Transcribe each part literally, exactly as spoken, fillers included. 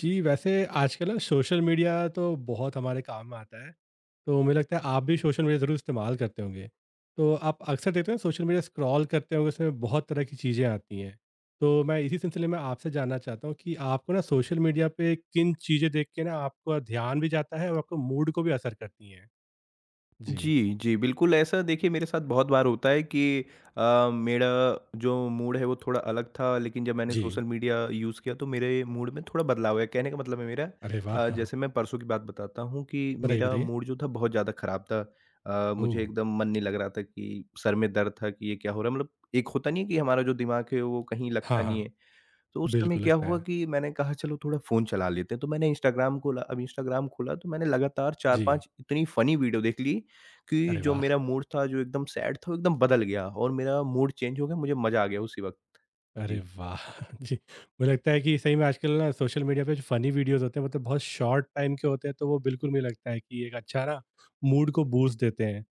जी, वैसे आजकल ना सोशल मीडिया तो बहुत हमारे काम में आता है, तो मुझे लगता है आप भी सोशल मीडिया ज़रूर इस्तेमाल करते होंगे। तो आप अक्सर देखते हैं सोशल मीडिया स्क्रॉल करते होंगे, उसमें बहुत तरह की चीज़ें आती हैं। तो मैं इसी सिलसिले में आपसे जानना चाहता हूँ कि आपको ना सोशल मीडिया पे किन चीज़ें देख के ना आपका ध्यान भी जाता है और आपको मूड को भी असर करती हैं? जी। जी, जी, बिल्कुल। ऐसा देखिए मेरे साथ बहुत बार होता है कि अ, मेरा जो मूड है वो थोड़ा अलग था लेकिन जब मैंने जी। सोशल मीडिया यूज़ किया तो मेरे मूड में थोड़ा बदलाव आया। कहने का मतलब है मेरा अरे वाह! अ, जैसे मैं परसों की बात बताता हूँ कि बताइए, मेरा बताइए। मूड जो था बहुत ज़्यादा ख़राब था। अ, ओह! मुझे एकदम मन नहीं लग रहा था कि सर में दर्द था कि ये क्या हो रहा है? मतलब एक होता नहीं है कि हमारा जो दिमाग है वो कहीं हाँ, लगता नहीं हाँ। है। तो उस समय बिल्कुल क्या लगता हुआ है। कि मैंने कहा चलो थोड़ा फ़ोन चला लेते हैं, तो मैंने इंस्टाग्राम खोला। अब इंस्टाग्राम खोला तो मैंने लगातार जी। चार पाँच इतनी फ़नी वीडियो देख ली कि अरे जो वाह! मेरा मूड था, जो एकदम सैड था, वो एकदम बदल गया और मेरा मूड चेंज हो गया, मुझे मज़ा आ गया उसी वक़्त। अरे जी। वाह! जी, मुझे लगता है कि सही में आजकल ना सोशल मीडिया पे जो फ़नी वीडियोज़ होते हैं मतलब बहुत शॉर्ट टाइम के होते हैं, तो वो बिल्कुल मुझे लगता है कि एक अच्छा ना मूड को बूस्ट देते हैं।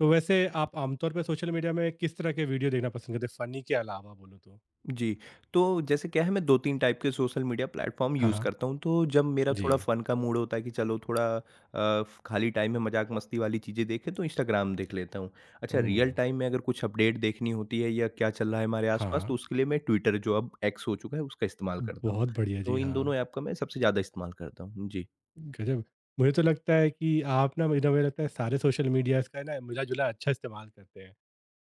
तो वैसे आप आमतौर पे सोशल मीडिया में किस तरह के वीडियो देखना पसंद करते हैं फ़नी के अलावा बोलूँ तो? जी, तो जैसे क्या है मैं दो तीन टाइप के सोशल मीडिया प्लेटफ़ॉर्म हाँ, यूज़ हाँ। करता हूँ, तो जब मेरा थोड़ा जी। फ़न का मूड होता है कि चलो थोड़ा अ, खाली टाइम में मज़ाक-मस्ती वाली चीज़ें देखें तो इंस्टाग्राम देख लेता हूँ। अच्छा रियल ओह! टाइम में अगर कुछ अपडेट देखनी होती है या क्या चल रहा है हमारे हाँ, आस-पास हाँ। तो उसके लिए मैं ट्विटर जो अब एक्स हो चुका है उसका इस्तेमाल करता हूँ। बहुत बढ़िया जी, तो इन हाँ। दोनों ऐप का मैं सबसे ज़्यादा इस्तेमाल करता हूँ। जी। गज़ब! मुझे तो लगता है कि आप ना मुझे मुझे लगता है सारे सोशल मीडियाज़ का ना मिला-जुला अच्छा इस्तेमाल करते हैं।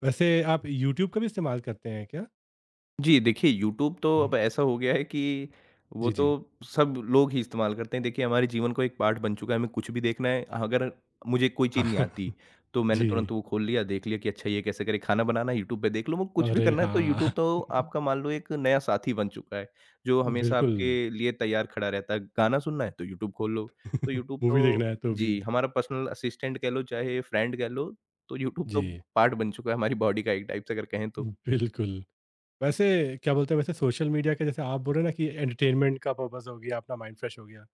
वैसे आप यूट्यूब का भी इस्तेमाल करते हैं क्या? जी, देखिए यूट्यूब तो हुँ। अब ऐसा हो गया है कि वो जी, तो जी। सब लोग ही इस्तेमाल करते हैं। देखिए हमारे जीवन का एक पार्ट बन चुका है, हमें कुछ भी देखना है, अगर मुझे कोई चीज़ नहीं हाँ। आती, तो मैंने तुरंत जी। वो खोल लिया, देख लिया कि अच्छा ये कैसे करें, खाना बनाना है यूट्यूब पे देख लो, वो कुछ भी अरे करना है तो हाँ! यूट्यूब तो आपका मान लो एक नया साथी बन चुका है, जो हमेशा बिल्कुल आपके लिए तैयार खड़ा रहता है। गाना सुनना है तो यूट्यूब खोल लो, तो यूट्यूब मूवी देखना तो है तो भी। जी, हमारा पर्सनल असिस्टेंट कह लो चाहे फ्रेंड कह लो, तो यूट्यूब तो जी, पार्ट बन चुका है हमारी बॉडी का एक टाइप से अगर कहें तो। बिल्कुल। वैसे क्या बोलते हैं वैसे सोशल मीडिया के जैसे आप बोल रहे हैं ना कि एंटरटेनमेंट का पर्पस हो गया, अपना माइंड फ्रेश हो गया।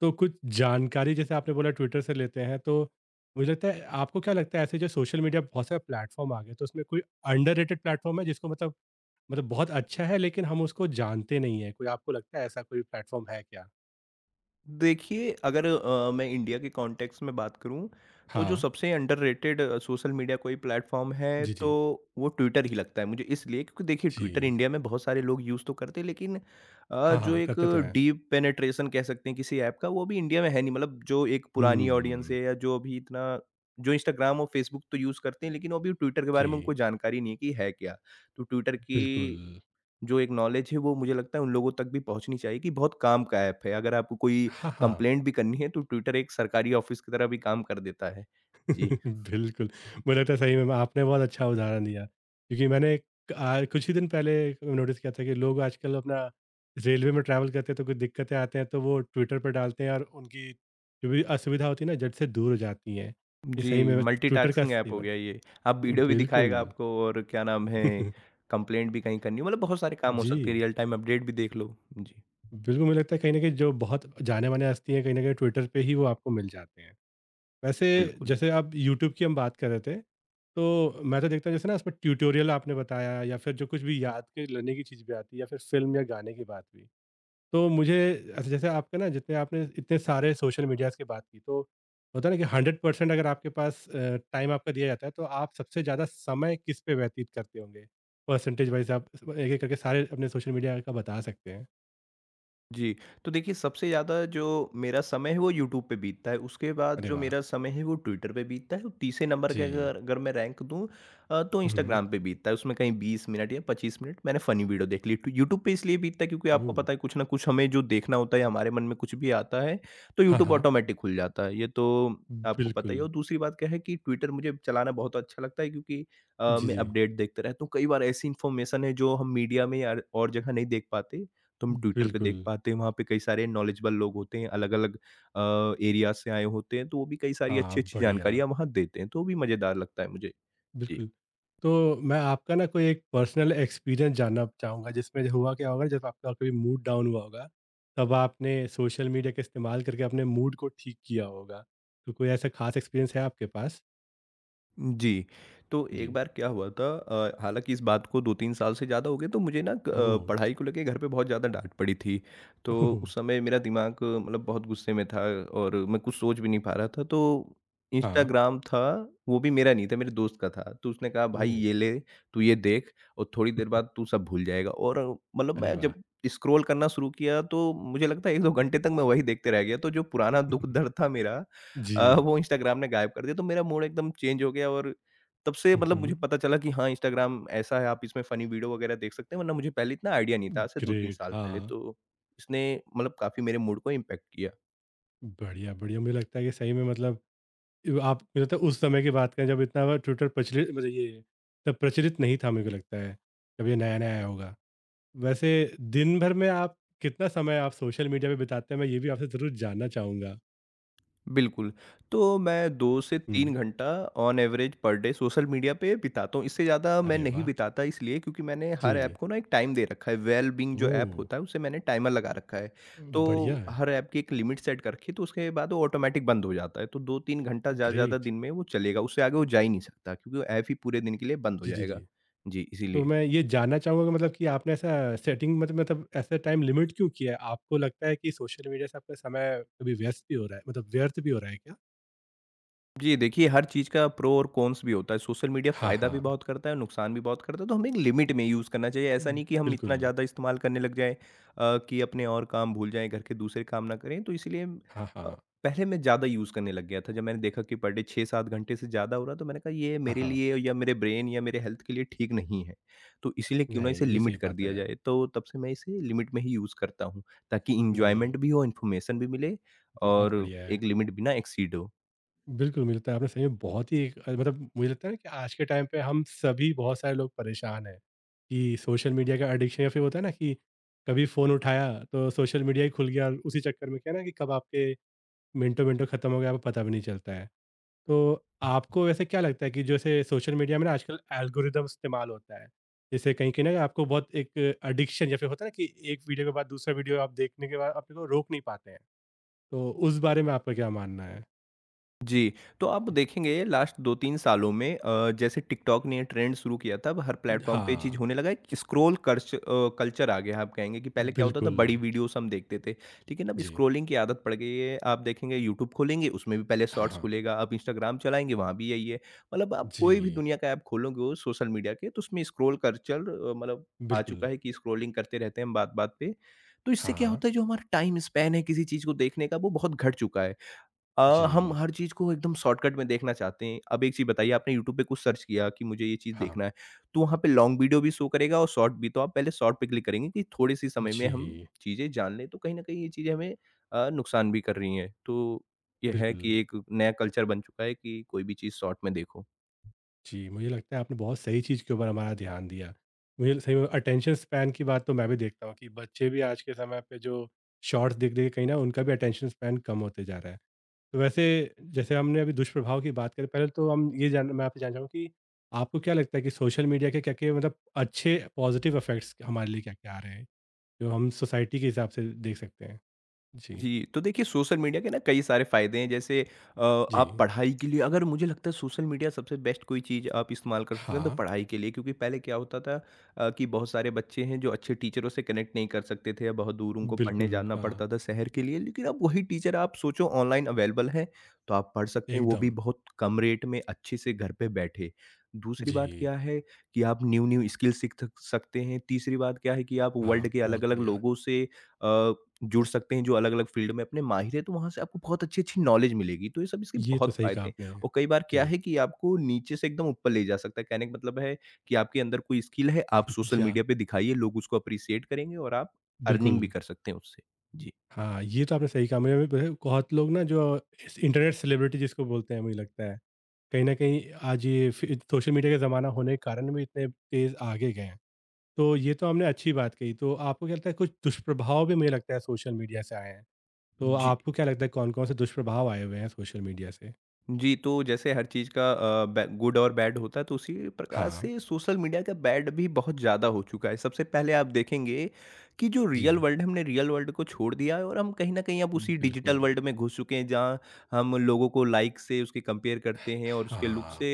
तो कुछ जानकारी जैसे आपने बोला ट्विटर से लेते हैं तो मुझे लगता है आपको क्या लगता है ऐसे जो सोशल मीडिया बहुत सारे प्लेटफ़ॉर्म आ गए तो उसमें कोई अंडररेटेड प्लेटफ़ॉर्म है जिसको मतलब मतलब बहुत अच्छा है लेकिन हम उसको जानते नहीं हैं? कोई आपको लगता है ऐसा कोई प्लेटफ़ॉर्म है क्या? देखिए, अगर अ, मैं इंडिया के कॉन्टेक्स्ट में बात करूँ, तो जो हाँ। सबसे अंडररेटेड सोशल मीडिया कोई प्लेटफ़ॉर्म है, जी, तो जी। वो ट्विटर ही लगता है मुझे, इसलिए क्योंकि देखिए ट्विटर जी। इंडिया में बहुत सारे लोग यूज़ तो करते हैं लेकिन अ, हाँ, जो हाँ, एक करते तो हैं। डीप पेनिट्रेशन कह सकते हैं किसी ऐप का, वो अभी इंडिया में है नहीं। मतलब जो एक पुरानी ऑडियंस हुँ। है या जो अभी इतना जो इंस्टाग्राम और फेसबुक तो यूज़ करते हैं, लेकिन वो अभी ट्विटर के बारे में जी, उनको जानकारी नहीं है कि है क्या? तो ट्विटर बिल्कुल। की जो एक नॉलेज है वो मुझे लगता है उन लोगों तक भी पहुँचनी चाहिए कि बहुत काम का ऐप है। अगर आपको कोई हाँ, हाँ। कंप्लेंट भी करनी है तो ट्विटर एक सरकारी ऑफ़िस की तरह भी काम कर देता है। जी। बिल्कुल, मुझे लगता है सही में आपने बहुत अच्छा उदाहरण दिया क्योंकि मैंने अ, कुछ ही दिन पहले नोटिस किया था कि लोग आजकल अपना रेलवे में ट्रैवल करते हैं तो कुछ दिक्कतें आते हैं तो वो ट्विटर पे डालते हैं और उनकी जो भी असुविधा होती है ना झट से दूर हो जाती है। ये सही जी, में ट्विटर का मल्टीटास्किंग ऐप हो सेवन गया ये। आप वीडियो भी बिल्कुल। दिखाएगा आपको और क्या नाम है कंप्लेंट भी कहीं करनी हो, मतलब बहुत सारे काम हो सकते हैं, जी, रियल टाइम अपडेट भी देख लो। जी, बिल्कुल मुझे लगता है कहीं न कहीं जो बहुत जाने-माने हस्ती हैं कहीं न कहीं ट्विटर पे ही वो आपको मिल जाते हैं। वैसे बिल्कुल। जैसे आप यूट्यूब की हम बात कर रहे थे, तो मैं तो देखता हूँ जैसे ना उसमें ट्यूटोरियल आपने बताया या फिर जो कुछ भी याद के लेने की चीज़ भी आती है या फिर फ़िल्म या गाने की बात हुई। तो मुझे ऐसे जैसे आपका ना जितने आपने इतने सारे सोशल मीडियाज़ की बात की तो होता है ना कि हंड्रेड परसेंट अगर आपके पास अ, टाइम आपका दिया जाता है तो आप सबसे ज़्यादा समय किस पे व्यतीत करते होंगे? परसेंटेज वाइज़ आप एक-एक करके सारे अपने सोशल मीडिया का बता सकते हैं। जी, तो देखिए सबसे ज़्यादा जो मेरा समय है वो यूट्यूब पे बीतता है, उसके बाद अरे जो वाह! मेरा समय है वो ट्विटर पे बीतता है और तीसरे नंबर के जी। अगर अगर मैं रैंक दूँ अ, तो हुँ, हुँ। इंस्टाग्राम पे बीतता है, उसमें कहीं बीस मिनट या पच्चीस मिनट मैंने फ़नी वीडियो देख ली। तो यूट्यूब पे इसलिए बीतता है क्योंकि आपको ओह! पता है कुछ ना कुछ हमें जो देखना होता है या हमारे मन में कुछ भी आता है, तो हाँ, यूट्यूब हाँ। ऑटोमैटिक खुल जाता है, ये तो आपको पता ही बिल्कुल। है और दूसरी बात क्या है कि ट्विटर मुझे चलाना बहुत अच्छा लगता है क्योंकि अ, जी, मैं जी। अपडेट देखते रहता हूँ, कई बार ऐसी इन्फॉर्मेशन है जो हम मीडिया में या और जगह नहीं देख पाते। तुम ट्विटर पे देख बिल्कुल। पाते हैं, वहाँ पे कई सारे नॉलेजेबल लोग होते हैं, अलग-अलग अ, एरिया से आए होते हैं, तो वो भी कई सारी हाँ, अच्छी-अच्छी बढ़िया, जानकारियाँ वहाँ देते हैं, तो वो भी मज़ेदार लगता है मुझे। जी। बिल्कुल। तो मैं आपका ना कोई एक पर्सनल एक्सपीरियंस जानना चाहूँगा जिसमें जो हुआ क्या होगा जब आपका कभी मूड डाउन हुआ होगा, तब आपने सोशल मीडिया का इस्तेमाल करके अपने मूड को ठीक किया होगा। तो कोई ऐसा ख़ास एक्सपीरियंस है आपके पास? जी, तो एक जी। बार क्या हुआ था अ, हालाँकि इस बात को दो तीन साल से ज़्यादा हो गए, तो मुझे ना अ, ओह! पढ़ाई को लेके घर पे बहुत ज़्यादा डाँट पड़ी थी। तो ओह! उस समय मेरा दिमाग अ, मतलब बहुत गुस्से में था और मैं कुछ सोच भी नहीं पा रहा था। तो हाँ, इंस्टाग्राम था, वो भी मेरा नहीं था, मेरे दोस्त का था। तो उसने कहा, "भाई ओह! ये ले, तू ये देख और थोड़ी देर बाद तू सब भूल जाएगा।" और अ, मतलब अरे मैं वाह! जब स्क्रॉल करना शुरू किया, तो मुझे लगता है एक दो घंटे तक मैं वही देखते रह गया। तो जो पुराना दुःख-दर्द था मेरा, जी। अ, वो इंस्टाग्राम ने गायब कर दिया तो मेरा मूड एकदम चेंज हो गया और तब से हुँ, मतलब मुझे हुँ। पता चला कि हाँ, इंस्टाग्राम ऐसा है, आप इसमें फ़नी वीडियो वगैरह देख सकते हैं वरना मुझे पहले इतना आइडिया नहीं था आज से दो तीन ग्रेट साल पहले। हाँ, तो इसने मतलब काफ़ी मेरे मूड को इम्पैक्ट किया। बढ़िया, बढ़िया मुझे लगता है कि सही में मतलब आप मुझे लगता है उस समय की बात करें जब इतना ट्विटर प्रचलित मतलब ये तब प्रचलित नहीं था मेरे को लगता है जब ये नया नया आया होगा वैसे दिन भर में आप कितना समय आप सोशल मीडिया पे बिताते हैं मैं ये भी आपसे जरूर जानना चाहूंगा। बिल्कुल, तो मैं दो से हम्म। तीन घंटा on average per day social media पे बिताता हूँ, इससे ज़्यादा मैं अरे नहीं वाह। बिताता इसलिए क्योंकि मैंने हर जी। ऐप को ना एक टाइम दे रखा है, वेल-बीइंग जो ओ। ऐप होता है उसे मैंने टाइमर लगा रखा है। बढ़िया तो है। हर ऐप की एक लिमिट सेट कर रखी है, तो उसके बाद वो ऑटोमैटिक बंद हो जाता है, तो दो तीन घंटा ज़्यादा से ज़्यादा ग्रेट। दिन में वो चलेगा, उससे आगे वो जा ही नहीं सकता क्योंकि वो ऐप ही पूरे दिन के लिए बंद हो जी जी जी। जाएगा। जी, तो इसीलिए। मैं ये जानना चाहूंगा कि मतलब कि आपने ऐसा सेटिंग मतलब मतलब ऐसा टाइम लिमिट क्यों किया है आपको लगता है कि सोशल मीडिया से आपका समय कभी व्यस्त भी हो रहा है मतलब व्यर्थ भी हो रहा है क्या? जी, देखिए हर चीज़ का प्रो और कॉन्स भी होता है। सोशल मीडिया हाँ फ़ायदा भी हाँ। बहुत करता है और नुकसान भी बहुत करता है, तो हमें एक लिमिट में यूज़ करना चाहिए। ऐसा हम्म, नहीं कि हम बिल्कुल। इतना ज़्यादा इस्तेमाल करने लग जाएँ अ, कि अपने और काम भूल जाएँ, घर के दूसरे काम ना करें। तो इसीलिए हाँ अ, हाँ। पहले मैं ज़्यादा यूज़ करने लग गया था। जब मैंने देखा कि पर डे छह सात घंटे से ज़्यादा हो रहा है, तो मैंने कहा ये हाँ, मेरे हाँ। लिए या मेरे ब्रेन या मेरे हेल्थ के लिए ठीक नहीं है। तो इसीलिए क्यों ना नहीं, इसे ये लिमिट सही कर बात दिया है। जाए। तो तब से मैं इसे लिमिट में ही यूज़ करता हूँ, ताकि नहीं, एन्जॉयमेंट भी हो, इन्फॉर्मेशन भी मिले बहुत और बढ़िया है। एक लिमिट भी ना एक्सीड हो। बिल्कुल, मुझे लगता है आपने सही में बहुत ही एक अ, मतलब मुझे लगता है ना कि आज के टाइम पे हम सभी बहुत सारे लोग परेशान हैं कि सोशल मीडिया का एडिक्शन या फिर होता है ना कि कभी फ़ोन उठाया तो सोशल मीडिया ही खुल गया और उसी चक्कर में क्या है ना कि कब आपके मिनटों-मिनटों ख़त्म हो गया, आपको पता भी नहीं चलता है। तो आपको वैसे क्या लगता है कि जैसे सोशल मीडिया में ना आजकल एल्गोरिदम इस्तेमाल होता है, जैसे कहीं-कहीं ना आपको बहुत एक एडिक्शन या फिर होता है ना कि एक वीडियो के बाद दूसरा वीडियो आप देखने के बाद अपने को रोक नहीं पाते हैं। तो उस बारे में आपका क्या मानना है? जी, तो आप देखेंगे लास्ट दो तीन सालों में अ, जैसे टिकटॉक ने ट्रेंड शुरू किया था, अब हर प्लेटफ़ॉर्म पे ये चीज़ हाँ, होने लगा है कि स्क्रॉल कर्च अ, कल्चर आ गया है। आप कहेंगे कि पहले क्या होता था बिल्कुल। बड़ी वीडियोज़ हम देखते थे, लेकिन अब जी। स्क्रॉलिंग की आदत पड़ गई है। आप देखेंगे यूट्यूब खोलेंगे, उसमें भी पहले हाँ, शॉर्ट्स हाँ। खुलेगा, आप इंस्टाग्राम चलाएँगे, वहाँ भी यही है। मतलब आप कोई भी जी, दुनिया का ऐप खोलोगे वो सोशल मीडिया के, तो उसमें स्क्रॉल कल्चर अ, मतलब आ बिल्कुल। चुका है कि स्क्रॉलिंग करते रहते हैं हम बात-बात पे। तो इससे हाँ, क्या हाँ। होता है जो हमारा टाइम स्पैन है किसी चीज़ को देखने का वो बहुत घट चुका है। अ, हम जी। हर चीज़ को एकदम शॉर्टकट में देखना चाहते हैं। अब एक चीज़ बताइए आपने यूट्यूब पे कुछ सर्च किया कि मुझे ये चीज़ हाँ। देखना है, तो वहाँ पे लॉन्ग वीडियो भी शो करेगा और शॉर्ट भी, तो आप पहले शॉर्ट पे क्लिक करेंगे कि थोड़े-से समय में हम जी, चीज़ें जान लें, तो कहीं न कहीं ये चीज़ें हमें अ, नुकसान भी कर रही हैं। तो ये है बिल्कुल। कि एक नया कल्चर बन चुका है कि कोई भी चीज़ शॉर्ट में देखो। जी, मुझे लगता है आपने बहुत सही चीज़ के ऊपर हमारा ध्यान दिया। मुझे सही में अटेंशन स्पैन की बात तो मैं भी देखता हूँ कि बच्चे भी आज के समय पे जो शॉर्ट्स देख-देख के कहीं न उनका भी अटेंशन स्पैन कम होते जा रहा है। तो वैसे जैसे हमने अभी दुष्प्रभाव की बात करी, पहले तो हम ये जान मैं आपसे जानना चाहूँगा कि आपको क्या लगता है कि सोशल मीडिया के क्या-क्या मतलब अच्छे पॉज़िटिव इफ़ेक्ट्स हमारे लिए क्या-क्या आ रहे हैं? जो हम सोसाइटी के हिसाब से देख सकते हैं? जी। जी, तो देखिए सोशल मीडिया के ना कई सारे फ़ायदे हैं जैसे अ, जी। आप पढ़ाई के लिए, अगर मुझे लगता है सोशल मीडिया सबसे बेस्ट कोई चीज़ आप इस्तेमाल कर सकते हैं तो हाँ, पढ़ाई के लिए, क्योंकि पहले क्या होता था अ, कि बहुत सारे बच्चे हैं जो अच्छे टीचरों से कनेक्ट नहीं कर सकते थे या बहुत दूर उनको पढ़ने बिल्कुल, जाना हाँ, पड़ता था शहर के लिए, लेकिन अब वही टीचर आप सोचो ऑनलाइन अवेलेबल हैं तो आप पढ़ सकते हैं वो भी एकदम। बहुत कम रेट में अच्छे से घर पे बैठे। दूसरी बात जी, क्या है कि आप न्यू-न्यू स्किल सीख थक सकते हैं, तीसरी बात क्या है कि आप हाँ, वर्ल्ड के बहुत अलग-अलग बढ़िया। लोगों से अ, जुड़ सकते हैं जो अलग-अलग फ़ील्ड में अपने माहिर हैं, तो वहाँ से आपको बहुत अच्छी-अच्छी नॉलेज मिलेगी, तो ये सब इसके ये तो बहुत सही कहा फ़ायदे हैं। आपने। और कई बार क्या जी। है कि आपको नीचे से एकदम ऊपर ले जा सकता है, कहने का मतलब है कि आपके अंदर कोई स्किल है, आप सोशल जी हाँ, मीडिया पे दिखाइए, लोग उसको एप्रिशिएट करेंगे और आप अर्निंग बिल्कुल। भी कर सकते हैं उससे। जी। हाँ, ये तो आपने सही कहा। मुझे भी पता है, बहुत लोग ना जो इस इंटरनेट सेलिब्रिटी जिसको बोलते हैं मुझे लगता है। कहीं न कहीं आज ये फ़ि सोशल मीडिया का ज़माना होने के कारण भी इतने तेज़ आगे गए हैं। तो ये तो हमने अच्छी बात कही, तो आपको क्या लगता है कुछ दुष्प्रभाव भी मुझे लगता है सोशल मीडिया से आए हैं। तो जी। आपको क्या लगता है कौन-कौन से दुष्प्रभाव आए हुए हैं सोशल मीडिया से? जी, तो जैसे हर चीज़ का अ, बै गुड और बैड होता है, तो उसी प्रकार हाँ। से सोशल मीडिया का बैड भी बहुत ज़्यादा हो चुका है। सबसे पहले आप देखेंगे कि जो रियल जी। वर्ल्ड हमने रियल वर्ल्ड को छोड़ दिया है और हम कहीं न कहीं अब उसी डिजिटल बिल्कुल। वर्ल्ड में घुस चुके हैं, जहाँ हम लोगों को लाइक से उसके कंपेयर करते हैं और उसके लुक हाँ। से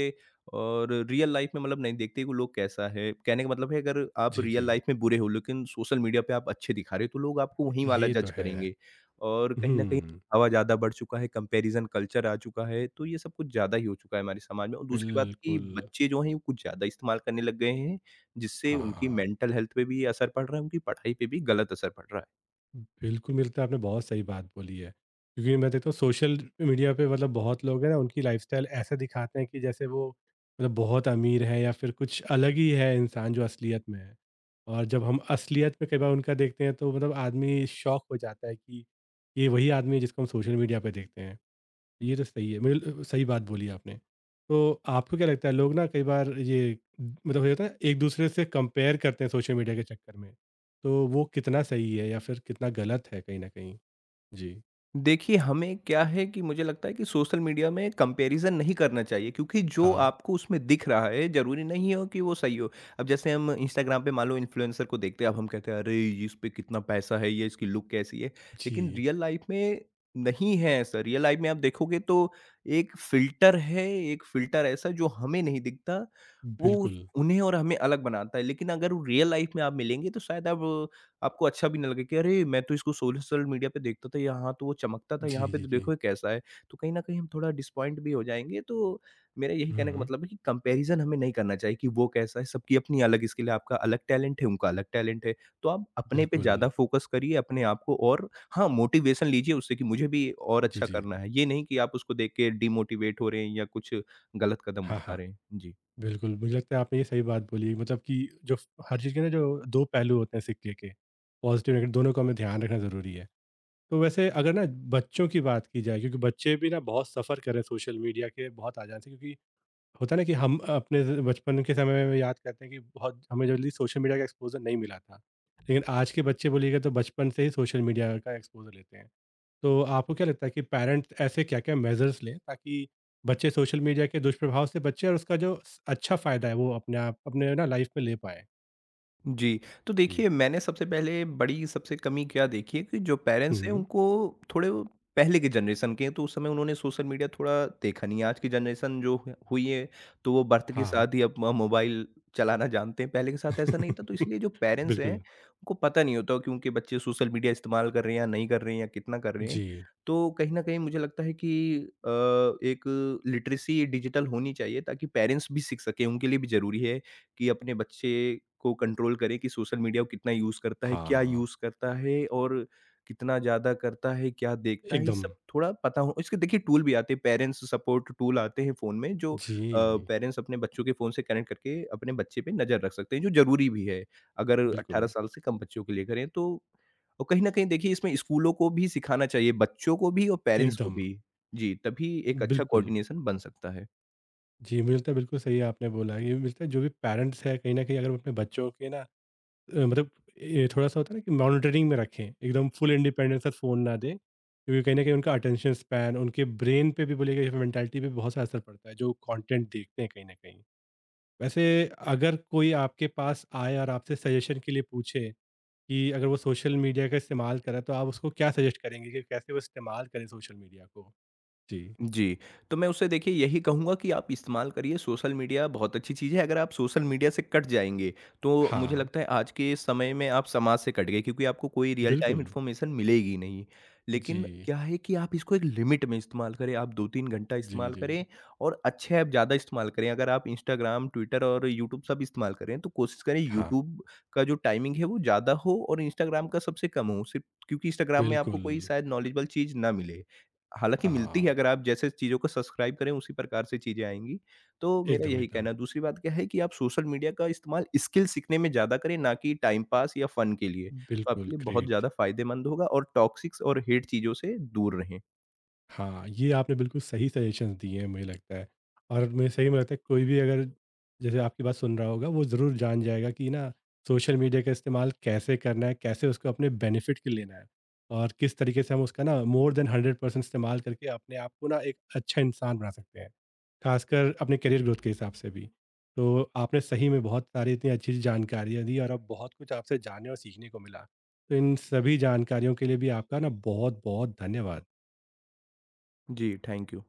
और रियल लाइफ़ में मतलब नहीं देखते कि वो लोग कैसा है। कहने का मतलब है, अगर आप जी, रियल जी। लाइफ़ में बुरे हो, लेकिन सोशल मीडिया पे आप अच्छे दिखा रहे हो, तो लोग आपको वहीं वाला ये तो जज है। करेंगे। और कहीं न कहीं हुँ। दिखावा ज़्यादा बढ़ चुका है, कंपैरिज़न कल्चर आ चुका है, तो ये सब कुछ ज़्यादा ही हो चुका है हमारे समाज में। और दूसरी बात कि बिल्कुल। बच्चे जो हैं वो कुछ ज़्यादा इस्तेमाल करने लग गए हैं, जिससे उनकी हाँ। मेंटल हेल्थ पे भी असर पड़ रहा है, उनकी पढ़ाई पे भी गलत असर पड़ रहा है। बिल्कुल, मुझे लगता है आपने बहुत सही बात बोली है। क्योंकि मैं देखता हूँ सोशल मीडिया पे मतलब बहुत लोग हैं ना उनकी लाइफ़स्टाइल ऐसा दिखाते हैं कि जैसे वो मतलब बहुत अमीर है या फिर कुछ अलग ही है इंसान जो असलियत में है। और जब हम असलियत में कई बार उनका देखते हैं तो मतलब आदमी शॉक हो जाता है कि, ये वही आदमी है जिसको हम सोशल मीडिया पे देखते हैं। ये तो सही है बिल सही बात बोली आपने। तो आपको क्या लगता है लोग ना कई बार ये मतलब हो जाता है एक दूसरे से कंपेयर करते हैं सोशल मीडिया के चक्कर में। तो वो कितना सही है या फिर कितना गलत है कहीं न कहीं? जी। देखिए, हमें क्या है कि मुझे लगता है कि सोशल मीडिया में कंपैरिज़न नहीं करना चाहिए, क्योंकि जो हाँ। आपको उसमें दिख रहा है, ज़रूरी नहीं हो कि वो सही हो। अब जैसे हम इंस्टाग्राम पे मान लो इन्फ्लुएंसर को देखते हैं, अब हम कहते हैं, "अरे! ये इस पे कितना पैसा है, ये इसकी लुक कैसी है।" लेकिन जी, रियल लाइफ़ में नहीं है ऐसा। रियल लाइफ़ में आप देखोगे तो एक फ़िल्टर है, एक फ़िल्टर ऐसा जो हमें नहीं दिखता, वो उस बिल्कुल। उन्हें और हमें अलग बनाता है। लेकिन अगर वो रियल लाइफ़ में आप मिलेंगे तो शायद आप आपको अच्छा भी ना लगे कि अरे! मैं तो इसको सोशल मीडिया पे देखता था, यहाँ तो वो चमकता था, यहाँ जी, पे जी, तो जी। देखो ये कैसा है। तो कहीं न कहीं हम थोड़ा डिसपॉइंट भी हो जाएँगे, तो मेरा यही कहने का हुँ। मतलब है कि कंपैरिज़न हमें नहीं करना चाहिए कि वो कैसा है, सबकी अपनी अलग स्किल है, आपका अलग टैलेंट है, उनका अलग टैलेंट है। तो आप अपने पे बिल्कुल। ज़्यादा फ़ोकस करिए, अपने आप को। और हाँ, मोटिवेशन लीजिए उससे कि मुझे भी और जी, अच्छा जी। करना है। ये नहीं कि आप उसको देख के डिमोटिवेट हो रहे हैं या कुछ गलत कदम हाँ, उठा हाँ। रहे हैं। जी। बिल्कुल, मुझे लगता है आपने ये सही बात बोली मतलब कि जो हर चीज़ के ना जो दो पहलू होते हैं सिक्के के, पॉज़िटिव नेगेटिव दोनों का हमें ध्यान रखना ज़रूरी है। तो वैसे अगर ना बच्चों की बात की जाए क्योंकि बच्चे भी ना बहुत सफ़र कर रहे हैं सोशल मीडिया के बहुत आ जाने से क्योंकि होता है ना कि हम अपने ज- बचपन के समय में याद करते हैं कि बहुत हमें जल्दी सोशल मीडिया का एक्सपोजर नहीं मिला था लेकिन आज के बच्चे बोलिएगा तो बचपन से ही सोशल मीडिया का एक्सपोजर लेते हैं तो आपको क्या लगता है कि पेरेंट्स ऐसे क्या क्या मेजर्स लें ताकि बच्चे सोशल मीडिया के दुष्प्रभाव से बचे और उसका जो स- अच्छा फ़ायदा है वो अपने आप अपने ना लाइफ में ले पाए? जी, तो जी। देखिए, मैंने सबसे पहले बड़ी सबसे कमी क्या देखी है कि जो पेरेंट्स हैं हम्म। उनको थोड़े, वो पहले के जनरेशन के हैं तो उस समय उन्होंने सोशल मीडिया थोड़ा देखा नहीं है। आज की जनरेशन जो ह हुई है, तो वो बर्थ के हाँ। साथ ही अपना मोबाइल चलाना जानते हैं, पहले के साथ ऐसा नहीं था। तो इसलिए जो पेरेंट्स हैं, बिल्कुल। उनको पता नहीं होता कि उनके बच्चे सोशल मीडिया इस्तेमाल कर रहे हैं या नहीं कर रहे हैं, या कितना कर रहे हैं। जी। तो कहीं न कहीं मुझे लगता है कि अ, एक लिटरेसी डिजिटल होनी चाहिए, ताकि पेरेंट्स भी सीख सकें, उनके लिए भी ज़रूरी है कि अपने बच्चे को कंट्रोल करें कि सोशल मीडिया को कितना यूज़ करता है, क्या हाँ। यूज़ करता है और कितना ज़्यादा करता है, क्या देखता है, ये एकदम। सब थोड़ा पता हो। इसके देखिए टूल भी आते हैं, पेरेंट्स सपोर्ट टूल आते हैं फ़ोन में, जो अ, जी, पेरेंट्स अपने बच्चों के फ़ोन से कनेक्ट करके अपने बच्चे पे नज़र रख सकते हैं, जो ज़रूरी भी है, अगर बिल्कुल, अठारह साल से कम बच्चों के लिए करें तो। और कहीं न कहीं देखिए, इसमें स्कूलों को भी सिखाना चाहिए, बच्चों को भी और पेरेंट्स को एकदम, भी। जी, तभी एक अच्छा बिल्कुल। कोऑर्डिनेशन बन सकता है। जी, मुझे लगता है बिल्कुल सही आपने बोला है, ये मिलता है जो भी पेरेंट्स हैं कहीं न कहीं अगर वो अपने बच्चों के ना अ, मतलब ये थोड़ा-सा होता है ना कि मॉनिटरिंग में रखें, एकदम फुल इंडिपेंडेंस से फ़ोन ना दें, क्योंकि कहीं न कहीं उनका अटेंशन स्पैन, उनके ब्रेन पे भी बोलिएगा या मेंटालिटी पे भी बहुत सारा असर पड़ता है, जो कंटेंट देखते हैं कहीं न कहीं। वैसे अगर कोई आपके पास आए और आपसे सजेशन के लिए पूछे कि अगर वो सोशल मीडिया का इस्तेमाल करे, तो आप उसको क्या सजेस्ट करेंगे कि कैसे वो इस्तेमाल करे सोशल मीडिया को? जी। जी, तो मैं उससे देखिए यही कहूँगा कि आप इस्तेमाल करिए, सोशल मीडिया बहुत अच्छी चीज़ है। अगर आप सोशल मीडिया से कट जाएँगे, तो मुझे हाँ, लगता है आज के समय में आप समाज से कट गए, क्योंकि आपको कोई रियल टाइम बिल्कुल। इन्फॉर्मेशन मिलेगी नहीं। लेकिन जी, क्या है कि आप इसको एक लिमिट में इस्तेमाल करें, आप दो तीन घंटा जी, इस्तेमाल जी, जी। करें और अच्छे ऐप ज़्यादा इस्तेमाल करें। अगर आप इंस्टाग्राम, ट्विटर और यूट्यूब सब इस्तेमाल कर रहे हैं, तो कोशिश करें हाँ, यूट्यूब का जो टाइमिंग है वो ज़्यादा हो और इंस्टाग्राम का सबसे कम हो। सिर्फ़ क्योंकि इंस्टाग्राम में आपको बिल्कुल। कोई शायद नॉलेजेबल चीज़ ना मिले। हालाँकि मिलती है, हाँ, अगर आप जैसे चीज़ों को सब्सक्राइब करें उसी प्रकार से चीज़ें आएँगी, तो मेरा एकदम, यही एकदम। कहना है। दूसरी बात क्या है कि आप सोशल मीडिया का इस्तेमाल स्किल सीखने में ज़्यादा करें, ना कि टाइम पास या फ़न के लिए, तो बिल्कुल, आपके लिए बहुत ग्रेट। ज़्यादा फ़ायदेमंद होगा और टॉक्सिक्स और हेट चीज़ों से दूर रहें। हाँ, ये आपने बिल्कुल सही सजेशंस दिए हैं मुझे लगता है और मुझे सही में लगता है कोई भी अगर जैसे आपकी बात सुन रहा होगा वो ज़रूर जान जाएगा कि ना सोशल मीडिया का इस्तेमाल कैसे करना है, कैसे उसको अपने बेनिफिट के लिए लेना है और किस तरीके से हम उसका ना मोर देन हंड्रेड परसेंट इस्तेमाल करके अपने आप को ना एक अच्छा इंसान बना सकते हैं। खासकर अपने करियर ग्रोथ के हिसाब से भी। तो आपने सही में बहुत सारी इतनी अच्छी जानकारियाँ दी और अब बहुत कुछ आपसे जानने और सीखने को मिला। तो इन सभी जानकारियों के लिए भी आपका ना बहुत-बहुत धन्यवाद। जी, थैंक यू।